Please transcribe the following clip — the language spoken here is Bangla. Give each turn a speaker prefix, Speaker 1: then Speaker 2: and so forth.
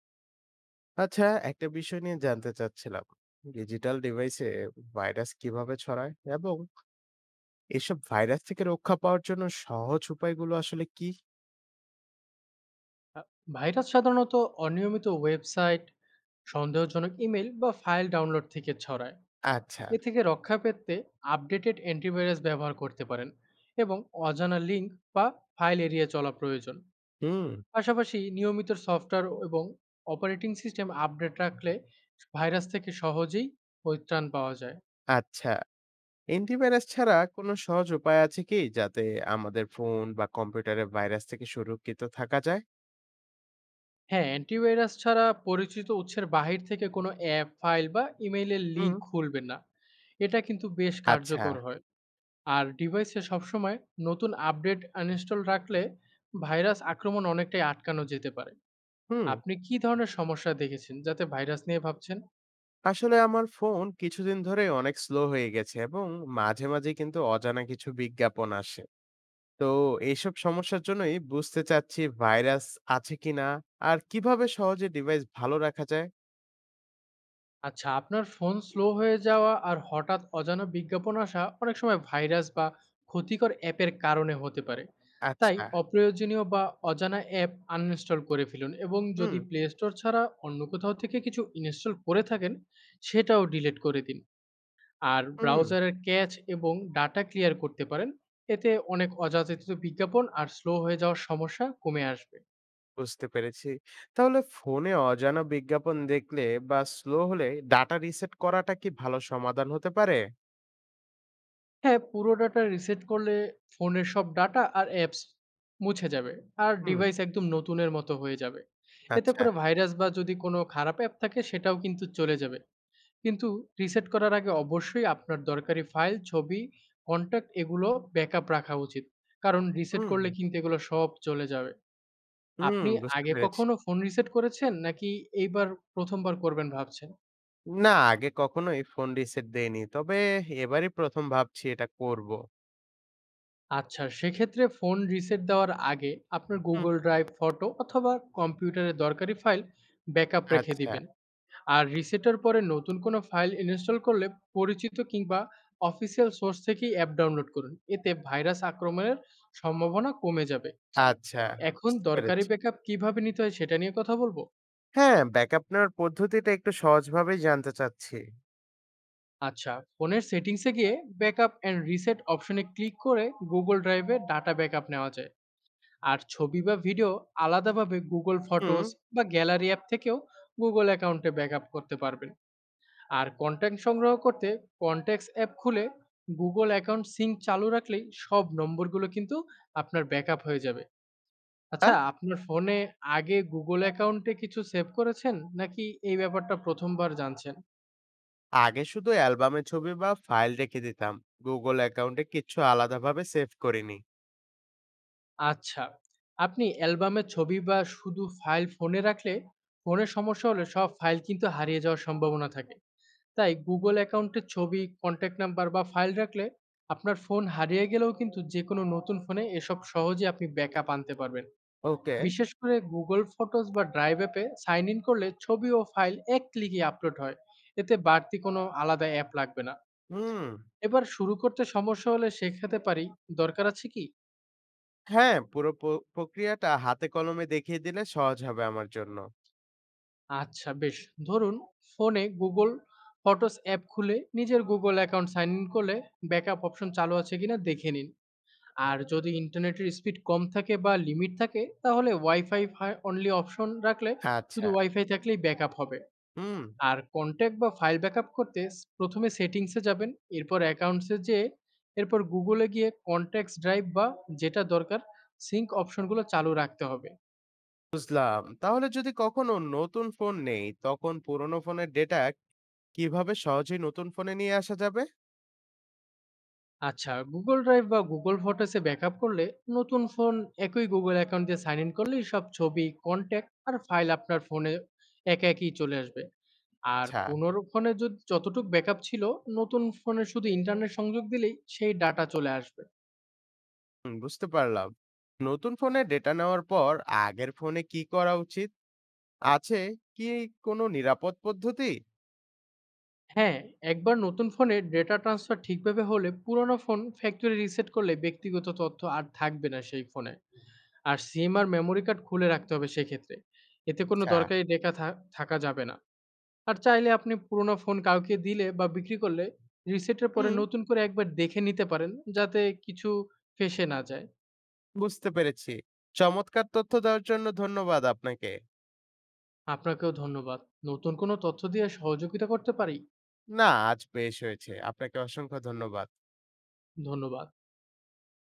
Speaker 1: আচ্ছা, একটা বিষয় নিয়ে জানতে চাচ্ছিলাম। ডিজিটাল ডিভাইসে ভাইরাস কিভাবে ছড়ায় এবং এসব ভাইরাস থেকে রক্ষা পাওয়ার জন্য সহজ উপায়গুলো আসলে কি?
Speaker 2: আ ভাইরাস সাধারণত অনিয়মিত ওয়েবসাইট, সন্দেহজনক ইমেইল বা ফাইল ডাউনলোড থেকে ছড়ায়।
Speaker 1: আচ্ছা।
Speaker 2: এ থেকে রক্ষা পেতে আপডেটেড অ্যান্টিভাইরাস ব্যবহার করতে পারেন এবং অজানা লিঙ্ক বা ফাইল এড়িয়ে চলা প্রয়োজন।
Speaker 1: হুম।
Speaker 2: পাশাপাশি নিয়মিত সফটওয়্যার এবং অপারেটিং সিস্টেম আপডেট রাখলে ভাইরাস থেকে সহজেই পরিত্রাণ পাওয়া যায়।
Speaker 1: আচ্ছা, অ্যান্টিভাইরাস ছাড়া কোনো সহজ উপায় আছে কি যাতে আমাদের ফোন বা কম্পিউটারে ভাইরাস থেকে সুরক্ষিত থাকা যায়?
Speaker 2: হ্যাঁ, অ্যান্টিভাইরাস ছাড়া পরিচিত উৎসের বাহির থেকে কোনো অ্যাপ, ফাইল বা ইমেইলের
Speaker 1: হুম।
Speaker 2: লিঙ্ক খুলবেন না। এটা কিন্তু বেশ
Speaker 1: আচ্ছা।
Speaker 2: কার্যকর হয়। আর ডিভাইসে সবসময় নতুন আপডেট আনইনস্টল রাখলে ভাইরাস আক্রমণ অনেকটাই আটকানো যেতে পারে।
Speaker 1: হুম।
Speaker 2: আপনি কি ধরনের সমস্যা দেখেছেন যাতে ভাইরাস নিয়ে ভাবছেন?
Speaker 1: আসলে আমার ফোন কিছুদিন ধরে অনেক স্লো হয়ে গেছে এবং মাঝে মাঝে কিন্তু অজানা কিছু বিজ্ঞাপন আসে, তো এইসব সমস্যার জন্যই বুঝতে চাচ্ছি ভাইরাস আছে কিনা আর কিভাবে সহজে ডিভাইস ভালো রাখা যায়।
Speaker 2: আচ্ছা, আপনার ফোন স্লো হয়ে যাওয়া আর হঠাৎ অজানা বিজ্ঞাপন আসা অনেক সময় ভাইরাস বা ক্ষতিকর অ্যাপের কারণে হতে পারে। তাই
Speaker 1: আচ্ছা।
Speaker 2: অপ্রয়োজনীয় বা অজানা অ্যাপ আনইনস্টল করে ফেলুন, এবং
Speaker 1: হুম।
Speaker 2: যদি প্লে স্টোর ছাড়া অন্য কোথাও থেকে কিছু ইনস্টল করে থাকেন, সেটাও ডিলিট করে দিন। আর
Speaker 1: হুম,
Speaker 2: ব্রাউজারের ক্যাচ এবং ডাটা ক্লিয়ার করতে পারেন। এতে অনেক অযাচিত বিজ্ঞাপন আর স্লো হয়ে যাওয়ার সমস্যা কমে আসবে।
Speaker 1: বুঝতে পেরেছি। তাহলে ফোনে অজানা বিজ্ঞাপন দেখলে বা স্লো হলে ডাটা রিসেট করাটা কি ভালো সমাধান হতে পারে?
Speaker 2: হ্যাঁ, পুরো ডাটা রিসেট করলে ফোনের সব ডাটা আর অ্যাপস মুছে যাবে আর
Speaker 1: হুম।
Speaker 2: ডিভাইস একদম নতুনের মতো হয়ে যাবে। এতে
Speaker 1: আচ্ছা।
Speaker 2: করে ভাইরাস বা যদি কোনো খারাপ অ্যাপ থাকে, সেটাও কিন্তু চলে যাবে। কিন্তু রিসেট করার আগে অবশ্যই আপনার দরকারি ফাইল, ছবি, কন্টাক্ট এগুলো ব্যাকআপ রাখা উচিত। কারণ রিসেট
Speaker 1: হুম।
Speaker 2: করলে কিন্তু এগুলো সব চলে যাবে।
Speaker 1: হুম,
Speaker 2: আপনি
Speaker 1: বুঝতে
Speaker 2: আগে
Speaker 1: পেরেছি।
Speaker 2: কখনো ফোন রিসেট করেছেন? নাকি এইবার ১ম বার করবেন ভাবছেন?
Speaker 1: না, আগে কখনোই ফোন রিসেট দেইনি, তবে এবারই প্রথম ভাবছি এটা করব।
Speaker 2: আচ্ছা, সেক্ষেত্রে ফোন রিসেট দেওয়ার আগে আপনার
Speaker 1: হুম।
Speaker 2: Google Drive, ফটো অথবা কম্পিউটারে দরকারি ফাইল ব্যাকআপ রেখে
Speaker 1: আচ্ছা।
Speaker 2: দিবেন। আর রিসেটের পরে নতুন কোনো ফাইল ইনস্টল করলে পরিচিত কিংবা অফিসিয়াল সোর্স থেকেই অ্যাপ ডাউনলোড করুন। এতে ভাইরাস আক্রমণের সম্ভাবনা কমে যাবে।
Speaker 1: আচ্ছা,
Speaker 2: এখন
Speaker 1: বুঝতে
Speaker 2: দরকারি
Speaker 1: পেরেছি।
Speaker 2: ব্যাকআপ কিভাবে নিতে হয় সেটা নিয়ে কথা বলব?
Speaker 1: হ্যাঁ, ব্যাকআপ নেওয়ার পদ্ধতিটা একটু সহজভাবেই জানতে চাচ্ছি।
Speaker 2: আচ্ছা, ফোনের সেটিংসে গিয়ে ব্যাকআপ অ্যান্ড রিসেট অপশনে ক্লিক করে Google ড্রাইভে ডাটা ব্যাকআপ নেওয়া যায়। আর ছবি বা ভিডিও আলাদাভাবে Google
Speaker 1: হুম।
Speaker 2: ফটোস বা গ্যালারি অ্যাপ থেকেও Google অ্যাকাউন্টে ব্যাকআপ করতে পারবেন। আর কনট্যাক্ট সংগ্রহ করতে কনট্যাক্টস অ্যাপ খুলে Google অ্যাকাউন্ট সিঙ্ক চালু রাখলেই সব নম্বরগুলো কিন্তু আপনার ব্যাকআপ হয়ে যাবে।
Speaker 1: আ
Speaker 2: আচ্ছা, আপনার ফোনে আগে Google অ্যাকাউন্টে কিছু সেভ করেছেন নাকি এই ব্যাপারটা ১ম বার জানছেন?
Speaker 1: আগে শুধু অ্যালবামে ছবি বা ফাইল রেখে দিতাম। Google অ্যাকাউন্টে কিচ্ছু আলাদাভাবে সেভ করিনি।
Speaker 2: আচ্ছা। আপনি অ্যালবামের ছবি বা শুধু ফাইল ফোনে রাখলে, ফোনের সমস্যা হলে সব ফাইল কিন্তু হারিয়ে যাওয়ার সম্ভাবনা থাকে। তাই Google অ্যাকাউন্টের ছবি, কনট্যাক্ট নাম্বার বা ফাইল রাখলে আপনার ফোন হারিয়ে গেলেও কিন্তু যেকোনো নতুন ফোনে এসব সহজে আপনি ব্যাকআপ আনতে পারবেন।
Speaker 1: ওকে।
Speaker 2: বিশেষ করে Google Photos বা Drive অ্যাপে সাইন ইন করলে ছবি ও ফাইল এক ক্লিকে আপলোড হয়। এতে বাড়তি কোনো আলাদা অ্যাপ লাগবে না।
Speaker 1: হুম।
Speaker 2: এবার শুরু করতে সমস্যা হলে শেখাতে পারি, দরকার আছে কি?
Speaker 1: হ্যাঁ, পুরো প্রক্রিয়াটা হাতে কলমে দেখিয়ে দিলে সহজ হবে আমার জন্য।
Speaker 2: আচ্ছা বেশ। ধরুন ফোনে Google ফটোস অ্যাপ খুলে নিজের Google অ্যাকাউন্ট সাইন ইন করলে ব্যাকআপ অপশন চালু আছে কিনা দেখে নিন। আর যদি ইন্টারনেটের স্পিড কম থাকে বা লিমিট থাকে, তাহলে ওয়াইফাই অনলি অপশন রাখলে
Speaker 1: আচ্ছা।
Speaker 2: শুধু ওয়াইফাই থাকলেই ব্যাকআপ হবে।
Speaker 1: হুম,
Speaker 2: আর কনট্যাক্ট বা ফাইল ব্যাকআপ করতে প্রথমে সেটিংসে যাবেন, এরপর অ্যাকাউন্টস এ যেয়ে এরপর Google এ গিয়ে কনট্যাক্টস, ড্রাইভ বা যেটা দরকার সিঙ্ক অপশনগুলো চালু রাখতে হবে।
Speaker 1: বুঝলাম। তাহলে যদি কখনো নতুন ফোন নেই, তখন পুরনো ফোনের ডেটা কিভাবে সহজেই নতুন ফোনে নিয়ে আসা যাবে?
Speaker 2: আচ্ছা, Google Drive বা Google Photos এ ব্যাকআপ করলে নতুন ফোন একই Google অ্যাকাউন্ট দিয়ে সাইন ইন করলেই সব ছবি, কনট্যাক্ট আর ফাইল আপনার ফোনে একই চলে আসবে। আর
Speaker 1: আচ্ছা।
Speaker 2: পুনরুক্ষণে যদি যতটুক ব্যাকআপ ছিল, নতুন ফোনে শুধু ইন্টারনেট সংযোগ দিলেই সেই ডাটা চলে আসবে।
Speaker 1: হুম, বুঝতে পারলাম। নতুন ফোনে ডেটা নেওয়ার পর আগের ফোনে কি করা উচিত? আছে কি কোনো নিরাপদ পদ্ধতি?
Speaker 2: হ্যাঁ, একবার নতুন ফোনে ডেটা ট্রান্সফার ঠিকভাবে হলে পুরোনো ফোন ফ্যাক্টরি রিসেট করলে ব্যক্তিগত তথ্য আর থাকবে না সেই ফোনে। আর সিম আর মেমোরি কার্ড খুলে রাখতে হবে সেক্ষেত্রে। এতে কোনো
Speaker 1: আচ্ছা।
Speaker 2: দরকারি ডেটা থাকা যাবে না। আর চাইলে আপনি পুরোনো ফোন কাউকে দিলে বা বিক্রি করলে রিসেটের পরে
Speaker 1: হুম,
Speaker 2: নতুন করে একবার দেখে নিতে পারেন যাতে কিছু ফেঁসে না যায়।
Speaker 1: বুঝতে পেরেছি। চমৎকার তথ্য দেওয়ার জন্য ধন্যবাদ আপনাকে।
Speaker 2: আপনাকেও ধন্যবাদ। নতুন কোনো তথ্য দিয়ে সহযোগিতা করতে পারি।
Speaker 1: না, আজ বেশ হয়েছে। আপনাকে অসংখ্য ধন্যবাদ।
Speaker 2: ধন্যবাদ।